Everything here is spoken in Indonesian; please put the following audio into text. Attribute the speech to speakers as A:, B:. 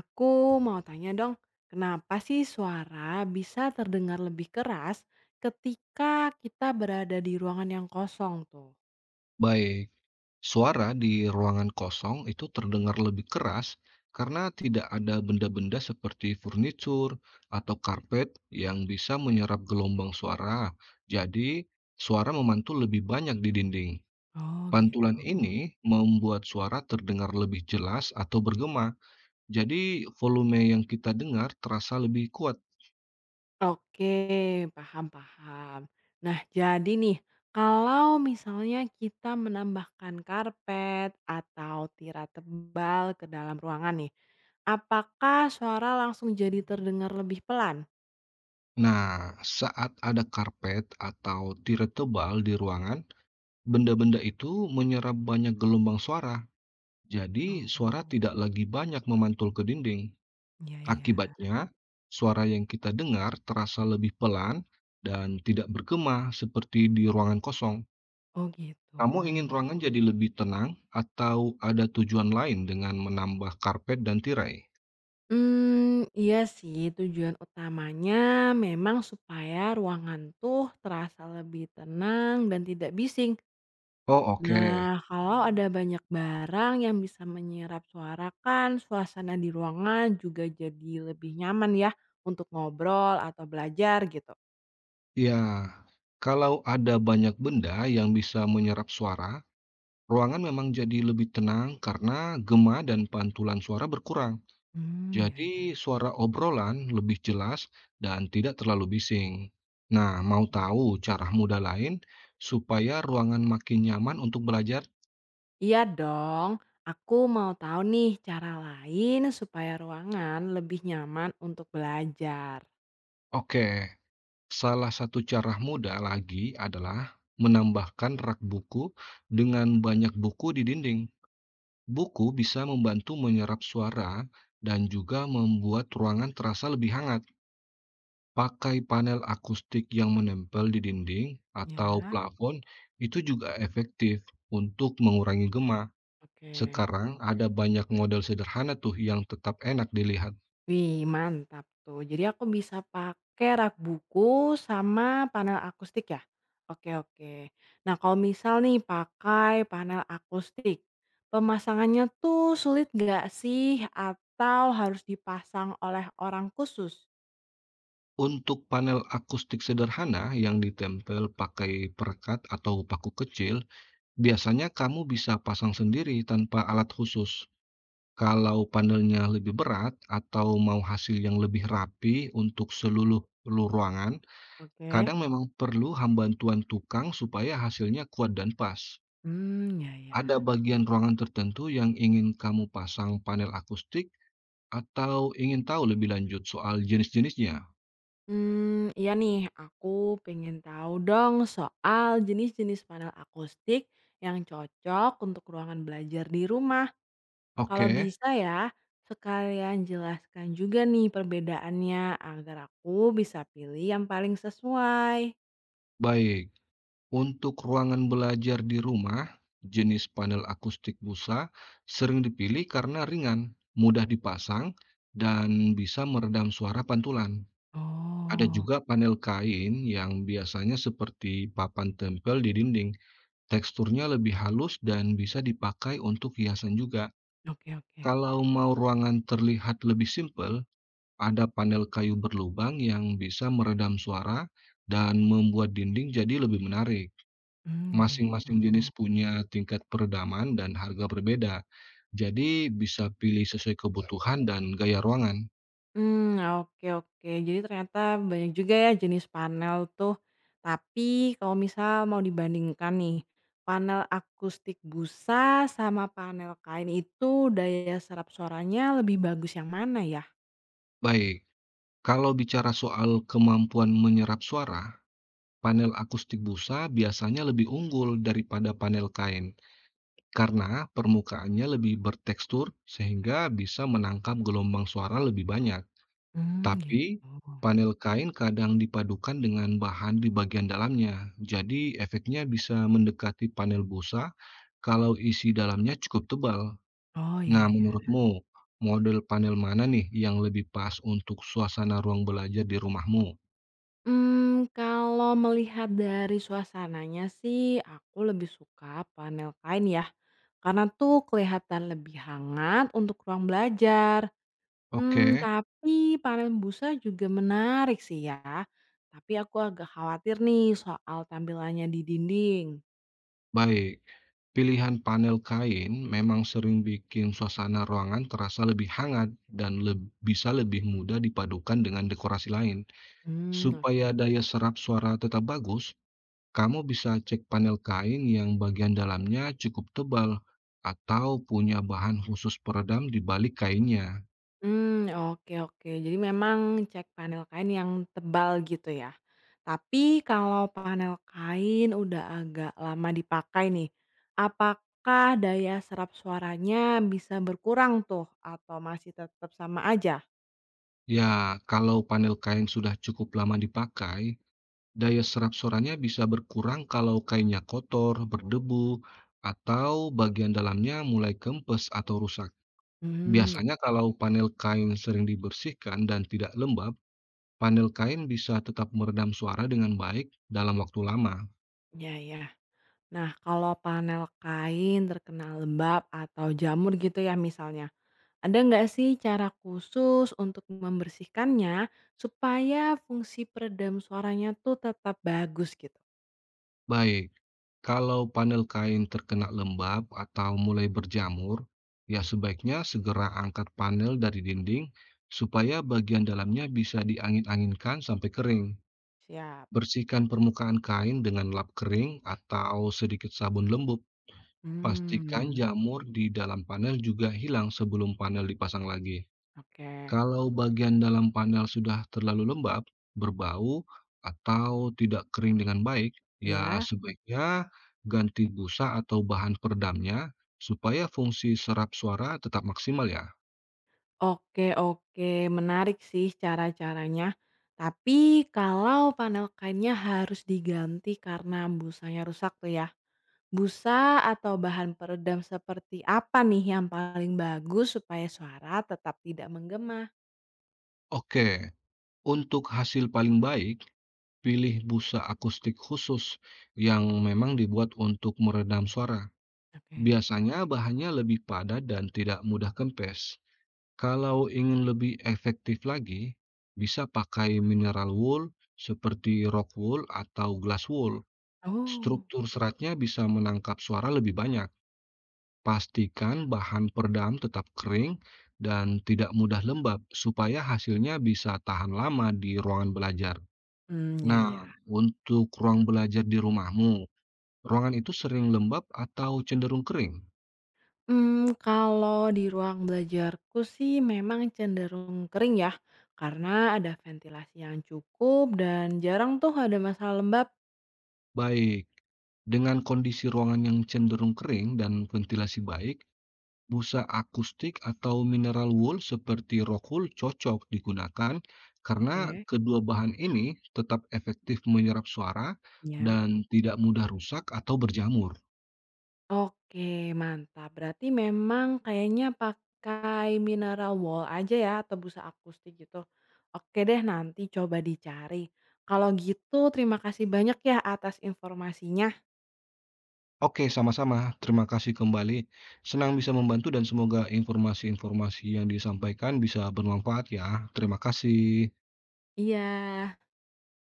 A: Aku mau tanya dong, kenapa sih suara bisa terdengar lebih keras ketika kita berada di ruangan yang kosong tuh?
B: Baik, suara di ruangan kosong itu terdengar lebih keras karena tidak ada benda-benda seperti furnitur atau karpet yang bisa menyerap gelombang suara. Jadi, suara memantul lebih banyak di dinding.
A: Oh
B: Pantulan
A: gitu.
B: ini membuat suara terdengar lebih jelas atau bergema. Jadi, volume yang kita dengar terasa lebih kuat.
A: Oke, paham-paham. Nah, jadi nih, kalau misalnya kita menambahkan karpet atau tirai tebal ke dalam ruangan nih, apakah suara langsung jadi terdengar lebih pelan?
B: Nah, saat ada karpet atau tirai tebal di ruangan, benda-benda itu menyerap banyak gelombang suara. Jadi,
A: Oh,
B: suara tidak lagi banyak memantul ke dinding.
A: iya iya.
B: Akibatnya, suara yang kita dengar terasa lebih pelan dan tidak bergema seperti di ruangan kosong.
A: Oh gitu.
B: Kamu ingin ruangan jadi lebih tenang atau ada tujuan lain dengan menambah karpet dan tirai?
A: Iya sih tujuan utamanya memang supaya ruangan tuh terasa lebih tenang dan tidak bising.
B: Oh, oke.
A: Nah, kalau ada banyak barang yang bisa menyerap suara kan suasana di ruangan juga jadi lebih nyaman ya untuk ngobrol atau belajar gitu.
B: Ya, kalau ada banyak benda yang bisa menyerap suara, ruangan memang jadi lebih tenang karena gema dan pantulan suara berkurang.
A: Hmm, ya
B: Jadi,
A: ya.
B: suara obrolan lebih jelas dan tidak terlalu bising. Nah, mau
A: Oke.
B: tahu cara mudah lain supaya ruangan makin nyaman untuk belajar?
A: Iya dong, aku mau tahu nih cara lain supaya ruangan lebih nyaman untuk belajar.
B: Oke, salah satu cara mudah lagi adalah menambahkan rak buku dengan banyak buku di dinding. Buku bisa membantu menyerap suara dan juga membuat ruangan terasa lebih hangat. Pakai panel akustik yang menempel di dinding atau
A: Ya.
B: plafon itu juga efektif untuk mengurangi gema.
A: Oke.
B: Sekarang ada banyak model sederhana tuh yang tetap enak dilihat.
A: Wih, mantap tuh. Jadi aku bisa pakai rak buku sama panel akustik ya? Oke, oke. Nah, kalau misal nih pakai panel akustik, pemasangannya tuh sulit nggak sih atau harus dipasang oleh orang khusus?
B: Untuk panel akustik sederhana yang ditempel pakai perekat atau paku kecil, biasanya kamu bisa pasang sendiri tanpa alat khusus. Kalau panelnya lebih berat atau mau hasil yang lebih rapi untuk seluruh seluruh ruangan,
A: Oke.
B: kadang memang perlu bantuan tukang supaya hasilnya kuat dan pas.
A: Hmm, ya
B: Ada
A: ya.
B: bagian ruangan tertentu yang ingin kamu pasang panel akustik atau ingin tahu lebih lanjut soal jenis-jenisnya?
A: Hmm, iya nih, aku pengen tahu dong soal jenis-jenis panel akustik yang cocok untuk ruangan belajar di rumah. Kalau
B: Oke,
A: bisa ya, sekalian jelaskan juga nih perbedaannya agar aku bisa pilih yang paling sesuai.
B: baik. Untuk ruangan belajar di rumah, jenis panel akustik busa sering dipilih karena ringan, mudah dipasang, dan bisa meredam suara pantulan. Ada
A: Oh,
B: juga panel kain yang biasanya seperti papan tempel di dinding. Teksturnya lebih halus dan bisa dipakai untuk hiasan juga.
A: oke oke.
B: Kalau mau ruangan terlihat lebih simpel, ada panel kayu berlubang yang bisa meredam suara dan membuat dinding jadi lebih menarik.
A: Gitu.
B: Masing-masing jenis punya tingkat peredaman dan harga berbeda. Jadi, bisa pilih sesuai kebutuhan dan gaya ruangan.
A: Hmm, oke oke. Jadi ternyata banyak juga ya jenis panel tuh. Tapi kalau misal mau dibandingkan nih, panel akustik busa sama panel kain itu daya serap suaranya lebih bagus yang mana ya?
B: Baik, kalau bicara soal kemampuan menyerap suara, panel akustik busa biasanya lebih unggul daripada panel kain karena permukaannya lebih bertekstur sehingga bisa menangkap gelombang suara lebih banyak. Tapi,
A: Gitu.
B: panel kain kadang dipadukan dengan bahan di bagian dalamnya. Jadi, efeknya bisa mendekati panel busa kalau isi dalamnya cukup tebal.
A: Oh, ya
B: Nah,
A: ya.
B: menurutmu, model panel mana nih yang lebih pas untuk suasana ruang belajar di rumahmu?
A: Kalau melihat dari suasananya sih aku lebih suka panel kain ya, karena tuh kelihatan lebih hangat untuk ruang belajar.
B: Oke,
A: Tapi panel busa juga menarik sih ya, tapi aku agak khawatir nih soal tampilannya di dinding.
B: baik. Pilihan panel kain memang sering bikin suasana ruangan terasa lebih hangat dan bisa lebih mudah dipadukan dengan dekorasi lain.
A: Oke.
B: Supaya daya serap suara tetap bagus, kamu bisa cek panel kain yang bagian dalamnya cukup tebal atau punya bahan khusus peredam di balik kainnya.
A: Hmm, oke oke. Jadi memang cek panel kain yang tebal gitu ya. Tapi kalau panel kain udah agak lama dipakai nih, apakah daya serap suaranya bisa berkurang tuh atau masih tetap sama aja?
B: Ya, kalau panel kain sudah cukup lama dipakai, daya serap suaranya bisa berkurang kalau kainnya kotor, berdebu, atau bagian dalamnya mulai kempes atau rusak.
A: Hmm,
B: Biasanya kalau panel kain sering dibersihkan dan tidak lembab, panel kain bisa tetap meredam suara dengan baik dalam waktu lama.
A: ya ya. Nah, kalau panel kain terkena lembab atau jamur gitu ya misalnya, ada nggak sih cara khusus untuk membersihkannya supaya fungsi peredam suaranya tuh tetap bagus gitu?
B: Baik, kalau panel kain terkena lembab atau mulai berjamur, ya sebaiknya segera angkat panel dari dinding supaya bagian dalamnya bisa diangin-anginkan sampai kering.
A: Siap.
B: Bersihkan permukaan kain dengan lap kering atau sedikit sabun lembab. Pastikan
A: Hmm,
B: jamur di dalam panel juga hilang sebelum panel dipasang lagi.
A: oke.
B: Kalau bagian dalam panel sudah terlalu lembab, berbau, atau tidak kering dengan baik, ya
A: Ya,
B: sebaiknya ganti busa atau bahan peredamnya supaya fungsi serap suara tetap maksimal ya.
A: oke oke, menarik sih cara-caranya. Tapi kalau panel kainnya harus diganti karena busanya rusak tuh ya. Busa atau bahan peredam seperti apa nih yang paling bagus supaya suara tetap tidak menggema?
B: Oke, untuk hasil paling baik, pilih busa akustik khusus yang memang dibuat untuk meredam suara.
A: Oke.
B: Biasanya bahannya lebih padat dan tidak mudah kempes. Kalau ingin lebih efektif lagi, bisa pakai mineral wool seperti rock wool atau glass wool.
A: Oh,
B: Struktur seratnya bisa menangkap suara lebih banyak. Pastikan bahan peredam tetap kering dan tidak mudah lembab supaya hasilnya bisa tahan lama di ruangan belajar.
A: hmm, ya
B: Nah,
A: ya.
B: untuk ruang belajar di rumahmu, ruangan itu sering lembab atau cenderung kering?
A: Kalau di ruang belajarku sih memang cenderung kering ya, karena ada ventilasi yang cukup dan jarang tuh ada masalah lembab.
B: Baik, dengan kondisi ruangan yang cenderung kering dan ventilasi baik, busa akustik atau mineral wool seperti rock wool cocok digunakan karena
A: Oke.
B: kedua bahan ini tetap efektif menyerap suara
A: Ya.
B: dan tidak mudah rusak atau berjamur.
A: Oke mantap, berarti memang kayaknya pakai mineral wool aja ya atau busa akustik gitu. Oke deh nanti coba dicari. Kalau gitu terima kasih banyak ya atas informasinya.
B: Oke, sama-sama. Terima kasih kembali. Senang bisa membantu dan semoga informasi-informasi yang disampaikan bisa bermanfaat ya. Terima kasih.
A: Iya.